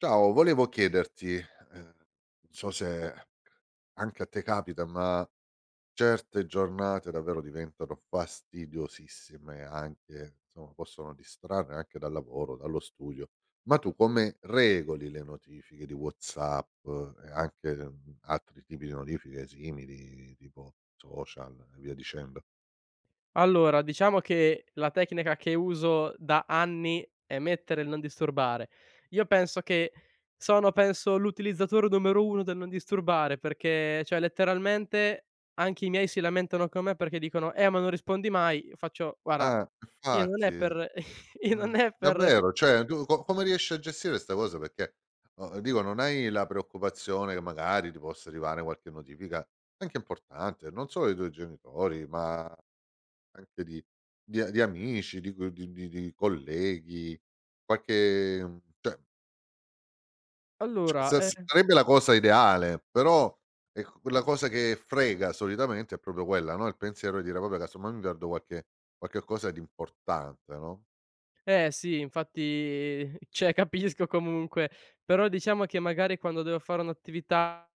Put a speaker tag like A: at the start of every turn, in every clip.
A: Ciao, volevo chiederti, non so se anche a te capita, ma certe giornate davvero diventano fastidiosissime anche, insomma, possono distrarre anche dal lavoro, dallo studio. Ma tu come regoli le notifiche di WhatsApp e anche, altri tipi di notifiche simili, tipo social e via dicendo?
B: Allora, diciamo che la tecnica che uso da anni è mettere il non disturbare. Io penso che sono penso l'utilizzatore numero 1 del non disturbare, perché cioè letteralmente anche i miei si lamentano con me perché dicono: ma non rispondi mai." Faccio: "Guarda,
A: Ah,
B: io non
A: infatti.
B: è per io non è per"
A: Davvero, cioè tu co come riesci a gestire 'sta cosa? Perché, dico non hai la preoccupazione che magari ti possa arrivare qualche notifica anche importante, non solo dei tuoi genitori, ma anche di amici, di co di colleghi, qualche cioè c
B: allora,
A: sa
B: ehm
A: sarebbe la cosa ideale, però ecco quella cosa che frega solitamente è proprio quella, no, il pensiero di dire: "Vabbè, casomai mi perdo qualche cosa di importante", no?
B: Eh sì, infatti cioè capisco comunque, però diciamo che magari quando devo fare un'attività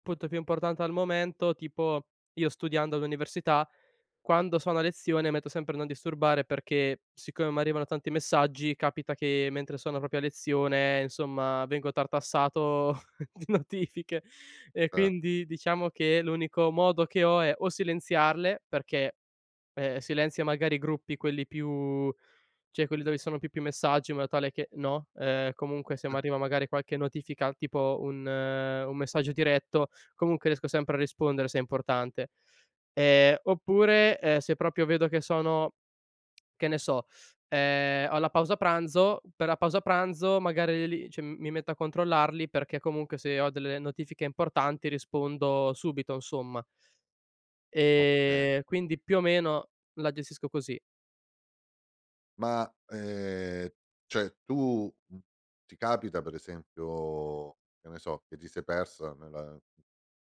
B: appunto più importante al momento, tipo io studiando all'università, quando sono a lezione metto sempre non disturbare perché siccome mi arrivano tanti messaggi, capita che mentre sono proprio a lezione, insomma, vengo tartassato di notifiche. E
A: Eh,
B: quindi diciamo che l'unico modo che ho è o silenziarle perché silenzia magari i gruppi quelli più cioè quelli dove ci sono più messaggi in modo tale che no, comunque se m'arriva magari qualche notifica tipo un messaggio diretto, comunque riesco sempre a rispondere se è importante. Oppure, se proprio vedo che sono che ne so, ho la pausa pranzo, per la pausa pranzo magari lì cioè mi metto a controllarli perché comunque se ho delle notifiche importanti rispondo subito insomma.
A: okay.
B: Quindi più o meno la gestisco così.
A: Ma, cioè tu ti capita per esempio, che ne so, che ti sei persa nella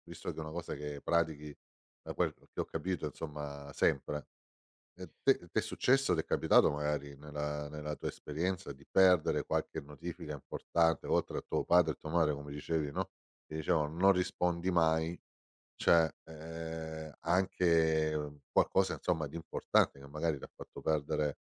A: visto che è una cosa che pratichi, da quel che ho capito insomma sempre, te t'è successo, t'è capitato magari nella tua esperienza di perdere qualche notifica importante, oltre a tuo padre e tua madre come dicevi, no, che dicevano: "Non rispondi mai". Cioè, anche, qualcosa insomma di importante che magari ti ha fatto perdere,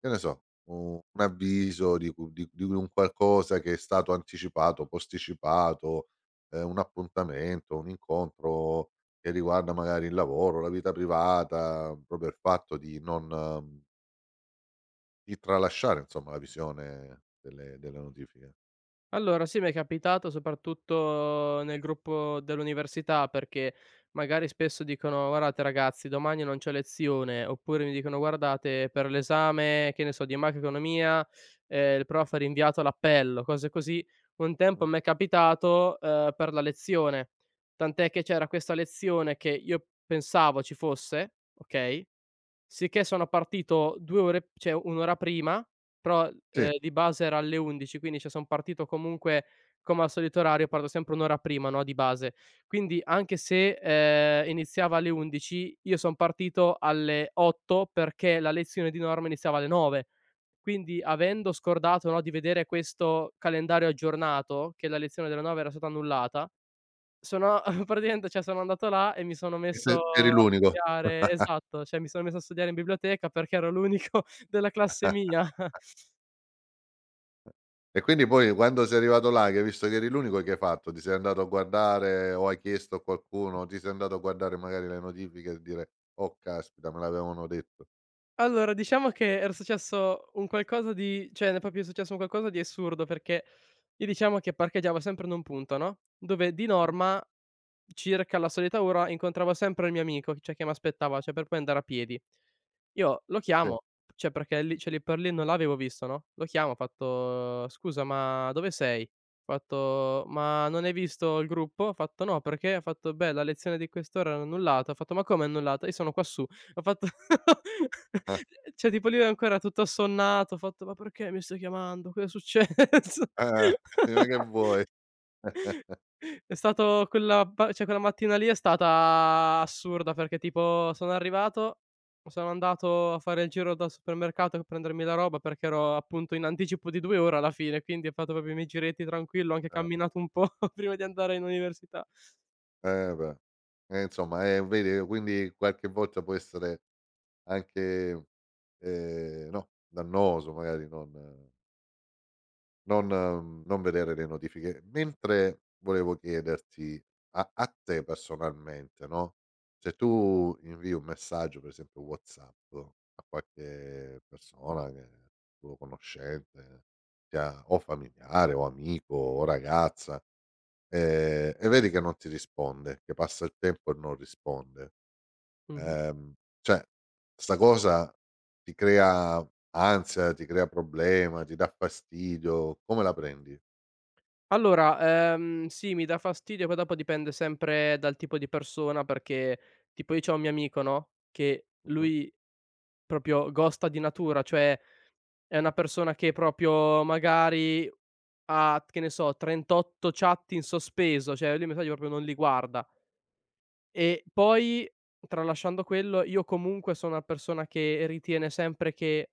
A: che ne so, u un avviso di cu di un qualcosa che è stato anticipato, posticipato, un appuntamento, un incontro che riguarda magari il lavoro, la vita privata, proprio il fatto di non di tralasciare insomma la visione delle notifiche.
B: Allora sì, mi è capitato soprattutto nel gruppo dell'università, perché magari spesso dicono: "Guardate ragazzi domani non c'è lezione", oppure mi dicono: "Guardate per l'esame", che ne so, di macroeconomia, "il prof ha rinviato l'appello", cose così. Un
A: Mh,
B: tempo m'è capitato, per la lezione, tant'è che c'era questa lezione che io pensavo ci fosse, okay? Sicché sono partito 2 ore cioè 1 ora prima, però,
A: sì,
B: di base era alle 11, quindi cioè son partito comunque come al solito orario, parto sempre 1 ora prima, no, di base. Quindi anche se, iniziava alle 11, io son partito alle 8 perché la lezione di norma iniziava alle 9. Quindi avendo scordato, no, di vedere questo calendario aggiornato, che la lezione delle 9 era stata annullata, sono praticamente cioè sono andato là e mi sono
A: e
B: messo
A: se eri
B: a
A: l'unico.
B: studiare. Esatto, cioè mi sono messo a studiare in biblioteca perché ero l'unico della classe mia.
A: E quindi poi quando sei arrivato là, che hai visto che eri l'unico, che hai fatto? Ti sei andato a guardare o hai chiesto a qualcuno, ti sei andato a guardare magari le notifiche e dire: "Oh caspita me l'avevano detto".
B: Allora, diciamo che era successo un qualcosa di cioè, n proprio è successo un qualcosa di assurdo, perché io diciamo che parcheggiavo sempre in un punto, no, dove di
A: Mh-mh.
B: norma, circa la solita ora, incontravo sempre il mio amico, cioè che m'aspettava, cioè per poi andare a piedi. Io lo
A: Sì,
B: chiamo, cioè perché lì cioè lì per lì non l'avevo visto, no, lo chiamo, ho fatto: "Scusa, ma dove sei?" Ho fatto: "Ma non hai visto il gruppo?" Ha fatto: "No, perché?" Ho fatto: "Beh, la lezione di quest'ora l'hanno annullata." Ho fatto: "Ma come annullata? Io sono quassù." Ho fatto
A: eh,
B: cioè tipo lui ancora tutto assonnato, ho fatto: "Ma perché mi stai chiamando? Cosa è successo?"
A: eh, ma che vuoi?
B: È stato quella pa cioè quella mattina lì è stata assurda, perché tipo sono arrivato, sono andato a fare il giro dal supermercato per prendermi la roba, perché ero appunto in anticipo di 2 ore alla fine, quindi ho fatto proprio i miei giretti tranquillo, ho anche
A: Eh,
B: camminato un po' prima di andare in università.
A: eh beh. Insomma, vedi quindi qualche volta può essere anche, no, dannoso magari non non vedere le notifiche. Mentre volevo chiederti a te personalmente, no, se tu invii un messaggio, per esempio WhatsApp, a qualche persona che tuo conoscente, sia o familiare o amico o ragazza, e vedi che non ti risponde, che passa il tempo e non risponde,
B: Mh-mh.
A: ehm, cioè 'sta cosa ti crea ansia, ti crea problema, ti dà fastidio, come la prendi?
B: Allora, sì, mi dà fastidio, poi dopo dipende sempre dal tipo di persona perché tipo io c'ho un mio amico, no, che
A: Mh.
B: lui proprio ghosta di natura, cioè è una persona che proprio magari ha, che ne so, 38 chat in sospeso, cioè lui i messaggi proprio non li guarda. E poi, tralasciando quello, io comunque sono una persona che ritiene sempre che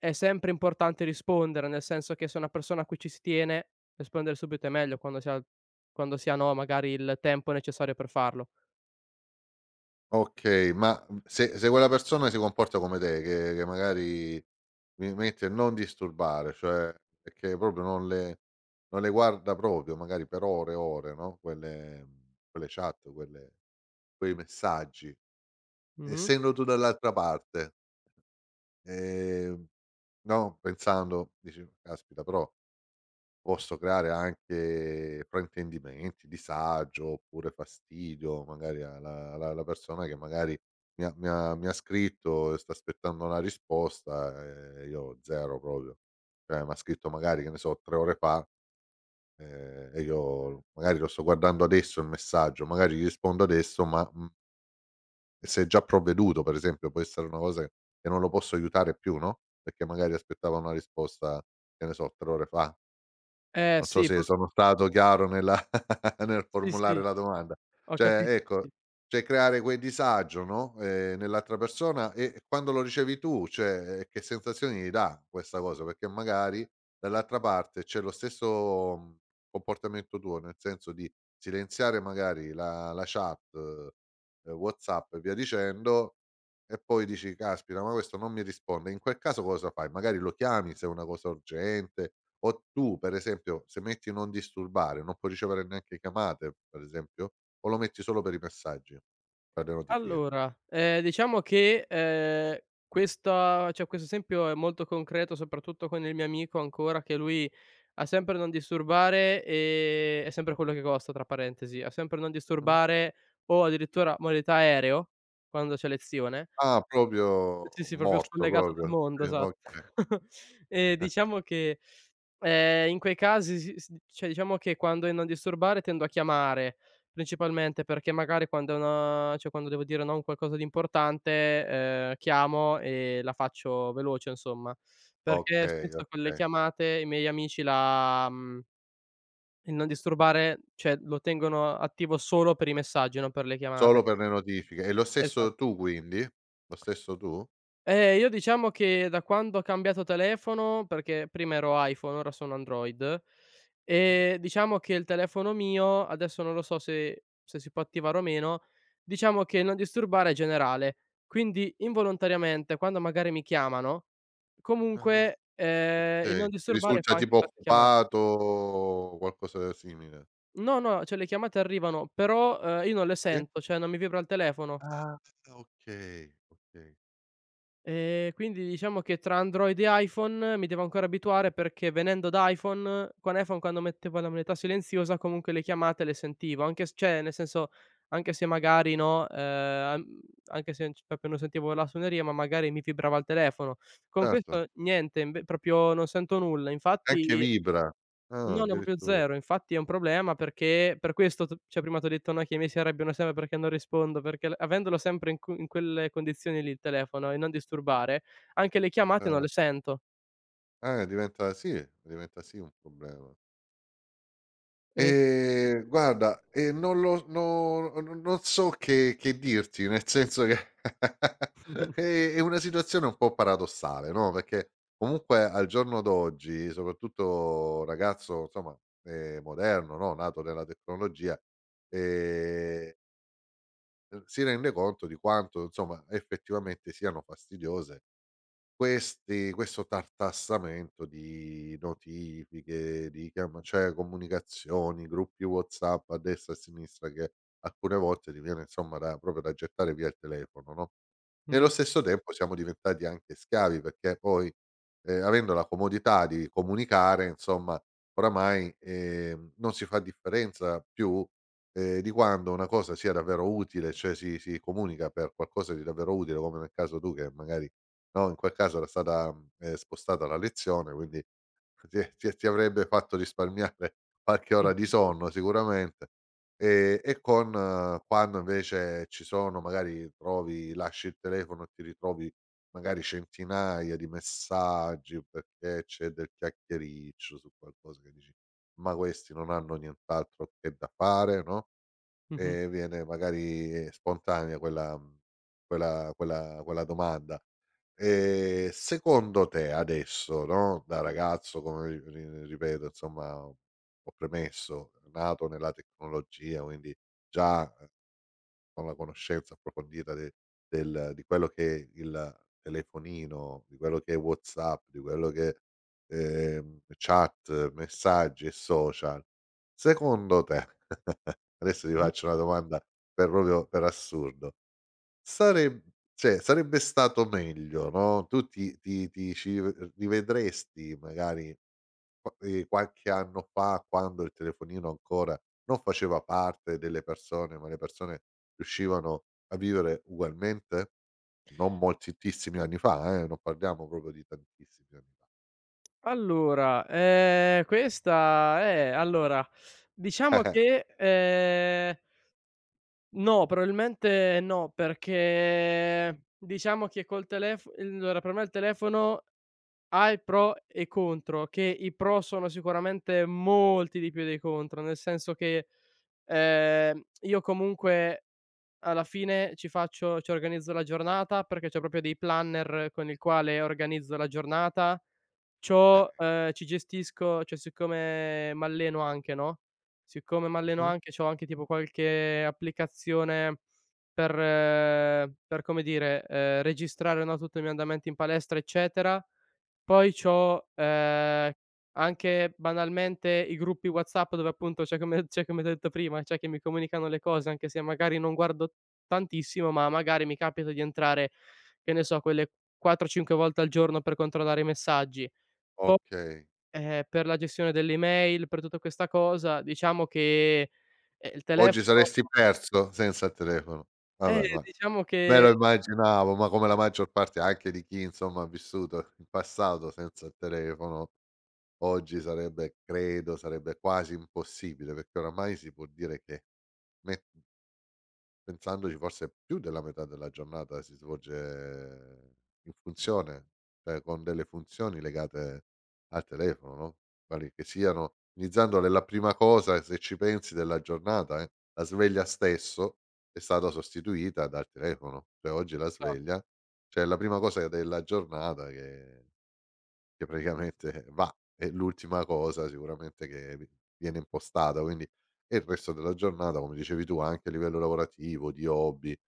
B: è sempre importante rispondere, nel senso che se una persona a cui ci si tiene, rispondere subito è meglio quando si ha, no, magari il tempo necessario per farlo.
A: Okay, ma, se quella persona si comporta come te, che magari mi metti a non disturbare, cioè perché proprio non le guarda proprio, magari per ore e ore, no, quelle quelle chat, quelle quei messaggi.
B: Mh-mh.
A: Essendo tu dall'altra parte, ehm, no, pensando dici: "Caspita, però posso creare anche fraintendimenti, disagio oppure fastidio magari alla persona che magari mi ha scritto e sta aspettando una risposta e io 0 proprio." Cioè m'ha scritto magari, che ne so, 3 ore fa, e io magari lo sto guardando adesso il messaggio, magari gli rispondo adesso ma, se è già provveduto per esempio, può essere una cosa che non lo posso aiutare più, no, perché magari aspettava una risposta, che ne so, 3 ore fa.
B: Eh
A: Non so
B: sì,
A: se
B: pur.
A: sono stato chiaro nella nel
B: Sì,
A: formulare
B: sì,
A: la domanda.
B: ho capito,
A: Cioè, ecco,
B: sì.
A: cioè creare quel disagio, no, nell'altra persona e quando lo ricevi tu, cioè, che sensazioni gli dà questa cosa? Perché magari dall'altra parte c'è lo stesso, comportamento tuo, nel senso di silenziare magari la chat, WhatsApp e via dicendo, e poi dici: "Caspita, ma questo non mi risponde." In quel caso cosa fai? Magari lo chiami se è una cosa urgente o tu per esempio se metti non disturbare, non puoi ricevere neanche chiamate per esempio, o lo metti solo per i messaggi, per le notifiche?
B: Allora, diciamo che, questa cioè questo esempio è molto concreto, soprattutto con il mio amico ancora, che lui ha sempre non disturbare, è sempre quello che costa tra parentesi, ha sempre non
A: Mh-mh.
B: disturbare o addirittura modalità aereo, quando c'è lezione.
A: Ah proprio
B: Sì, sì, proprio
A: morto
B: scollegata dal
A: proprio,
B: mondo,
A: sì
B: esatto.
A: okay.
B: E
A: Eh,
B: diciamo che, in quei casi si s cioè diciamo che quando è non disturbare tendo a chiamare, principalmente perché magari quando è una cioè quando devo dire no a un qualcosa di importante, chiamo e la faccio veloce insomma, perché
A: okay,
B: spesso con le
A: okay.
B: chiamate i miei amici la mhmm, il non disturbare, cioè lo tengono attivo solo per i messaggi, non per le chiamate.
A: Solo per le notifiche. E lo stesso
B: Esatto.
A: tu quindi? Lo stesso tu?
B: Io diciamo che da quando ho cambiato telefono, perché prima ero iPhone, ora sono Android,
A: Mh-mh.
B: e diciamo che il telefono mio, adesso non lo so se se si può attivare o meno, diciamo che non disturbare è generale. Quindi involontariamente quando magari mi chiamano,
A: Ah
B: comunque, il
A: okay,
B: non
A: ti
B: disturbare fa
A: risulta
B: anche
A: tipo
B: per chiama.
A: occupato o qualcosa del simile?
B: No, no, cioè le chiamate arrivano, però, io non le
A: Sì?
B: sento, cioè non mi vibra il telefono.
A: Ah okay, okay.
B: Quindi diciamo che tra Android e iPhone mi devo ancora abituare perché venendo da iPhone con iPhone quando mettevo la modalità silenziosa comunque le chiamate le sentivo, anche s cioè nel senso, anche se magari no, anche se c proprio non sentivo la suoneria, ma magari mi vibrava il telefono. Con
A: Certo,
B: questo niente, inve proprio non sento nulla.
A: anche
B: Infatti.
A: vibra. Ah
B: No, no, proprio
A: addirittura,
B: 0. Infatti è un problema perché per questo t cioè prima t'ho detto, no, che i miei si arrabbiano sempre perché non rispondo, perché l avendolo sempre in cu in quelle condizioni lì il telefono e non disturbare, anche le chiamate non
A: cer
B: le sento.
A: eh, diventa sì un problema.
B: E.
A: Guarda, non lo no no non so che dirti, nel senso che è una situazione un po' paradossale, no, perché comunque al giorno d'oggi, soprattutto ragazzo insomma, moderno, no, nato nella tecnologia, ehm, si rende conto di quanto, insomma, effettivamente siano fastidiose questi questo tartassamento di notifiche, di chiama cioè comunicazioni, gruppi WhatsApp a destra e a sinistra che alcune volte ti viene insomma da proprio da gettare via il telefono, no, nello
B: Mh-mh,
A: stesso tempo siamo diventati anche schiavi perché poi, avendo la comodità di comunicare insomma oramai, non si fa differenza più, di quando una cosa sia davvero utile, cioè si comunica per qualcosa di davvero utile, come nel caso tu che magari no, in quel caso era stata, spostata la lezione, quindi ti avrebbe fatto risparmiare qualche
B: mh,
A: ora di sonno sicuramente, e con quando invece ci sono magari trovi lasci il telefono e ti ritrovi magari centinaia di messaggi perché c'è del chiacchiericcio su qualcosa che dici: "Ma questi non hanno nient'altro che da fare", no?
B: mh-mh,
A: E viene magari spontanea quella quella domanda. Secondo te adesso, no, da ragazzo come ri ri ripeto insomma, ho premesso, nato nella tecnologia, quindi già con la conoscenza approfondita de del di quello che è il telefonino, di quello che è WhatsApp, di quello che, è chat, messaggi e social, secondo te adesso ti
B: mh-mh.
A: faccio una domanda per proprio per assurdo, sareb cioè sarebbe stato meglio, no, tu ti ti ti ci rivedresti magari qua qualche anno fa, quando il telefonino ancora non faceva parte delle persone, ma le persone riuscivano a vivere ugualmente, non moltissimi anni fa, non parliamo proprio di tantissimi anni fa.
B: Allora, questa allora, diciamo che, no, probabilmente no, perché diciamo che col telef allora per me il telefono ha i pro e i contro, che i pro sono sicuramente molti di più dei contro, nel senso che, io comunque alla fine ci faccio ci organizzo la giornata perché c'ho proprio dei planner con il quale organizzo la giornata.
A: Eh-eh.
B: C'ho ci gestisco cioè siccome m'alleno anche, no, siccome m'alleno
A: Mh-mh.
B: anche, c'ho anche tipo qualche applicazione per, come dire, registrare, no, tutto il mio andamento in palestra, eccetera. Poi c'ho, anche banalmente i gruppi WhatsApp dove appunto c'è come detto prima, c'è che mi comunicano le cose, anche se magari non guardo tantissimo, ma magari mi capita di entrare, che ne so, quelle 4, 5 volte al giorno per controllare i messaggi. Poi,
A: Okay.
B: per la gestione delle email, per tutta questa cosa, diciamo che, il
A: Oggi
B: telefono
A: saresti perso senza il telefono. Vabbè, ma
B: diciamo
A: me
B: che
A: lo immaginavo, ma come la maggior parte anche di chi, insomma, ha vissuto in passato senza il telefono, oggi sarebbe credo, sarebbe quasi impossibile, perché oramai si può dire che Me pensandoci forse più della metà della giornata si svolge in funzione, cioè con delle funzioni legate al telefono, no, quali che siano iniziando dalla prima cosa, se ci pensi, della giornata, la sveglia stesso è stata sostituita dal telefono, cioè oggi la
B: no,
A: sveglia, cioè è la prima cosa della giornata che praticamente va è l'ultima cosa sicuramente che vi viene impostata, quindi e il resto della giornata, come dicevi tu, anche a livello lavorativo, di hobby,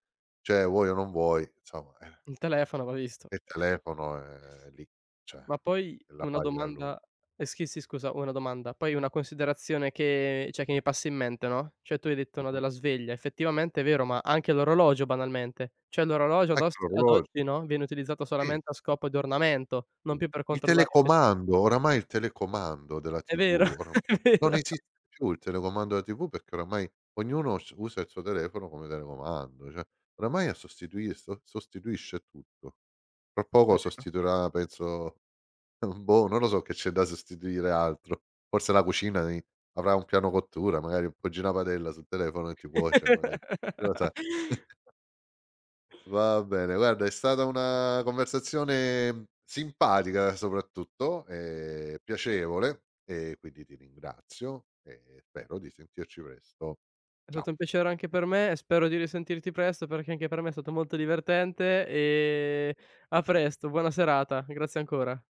A: cioè vuoi o non vuoi, insomma,
B: il telefono va visto.
A: il telefono è lì, cioè,
B: Ma poi
A: è la
B: una
A: pagina lunga.
B: domanda eh sì, sì scusa, una domanda, poi una considerazione che cioè che mi passa in mente, no, cioè tu hai detto, no,
A: Mh-mh.
B: della sveglia, effettivamente è vero, ma anche l'orologio banalmente, cioè l'orologio ad
A: Anche
B: os ad oggi,
A: l'orologio,
B: no, viene utilizzato
A: sì.
B: solamente a scopo di ornamento, non
A: Sì.
B: più per
A: Il
B: controllare effettiv
A: telecomando, oramai il telecomando della
B: è vero,
A: TV, ora
B: è
A: non
B: vero,
A: esiste più il telecomando della TV perché oramai ognuno s usa il suo telefono come telecomando, cioè oramai ha sostituisce tutto. Tra
B: è
A: poco
B: vero.
A: sostituirà penso, boh, non lo so che c'è da sostituire altro. Forse la cucina i avrà un piano cottura, magari appoggi una padella sul telefono e ti cuoce magari, chi lo sa. Va bene, guarda è stata una conversazione simpatica soprattutto, piacevole e quindi ti ringrazio e spero di sentirci presto.
B: È
A: Ciao.
B: stato un piacere anche per me e spero di risentirti presto, perché anche per me è stato molto divertente e a presto, buona serata, grazie ancora.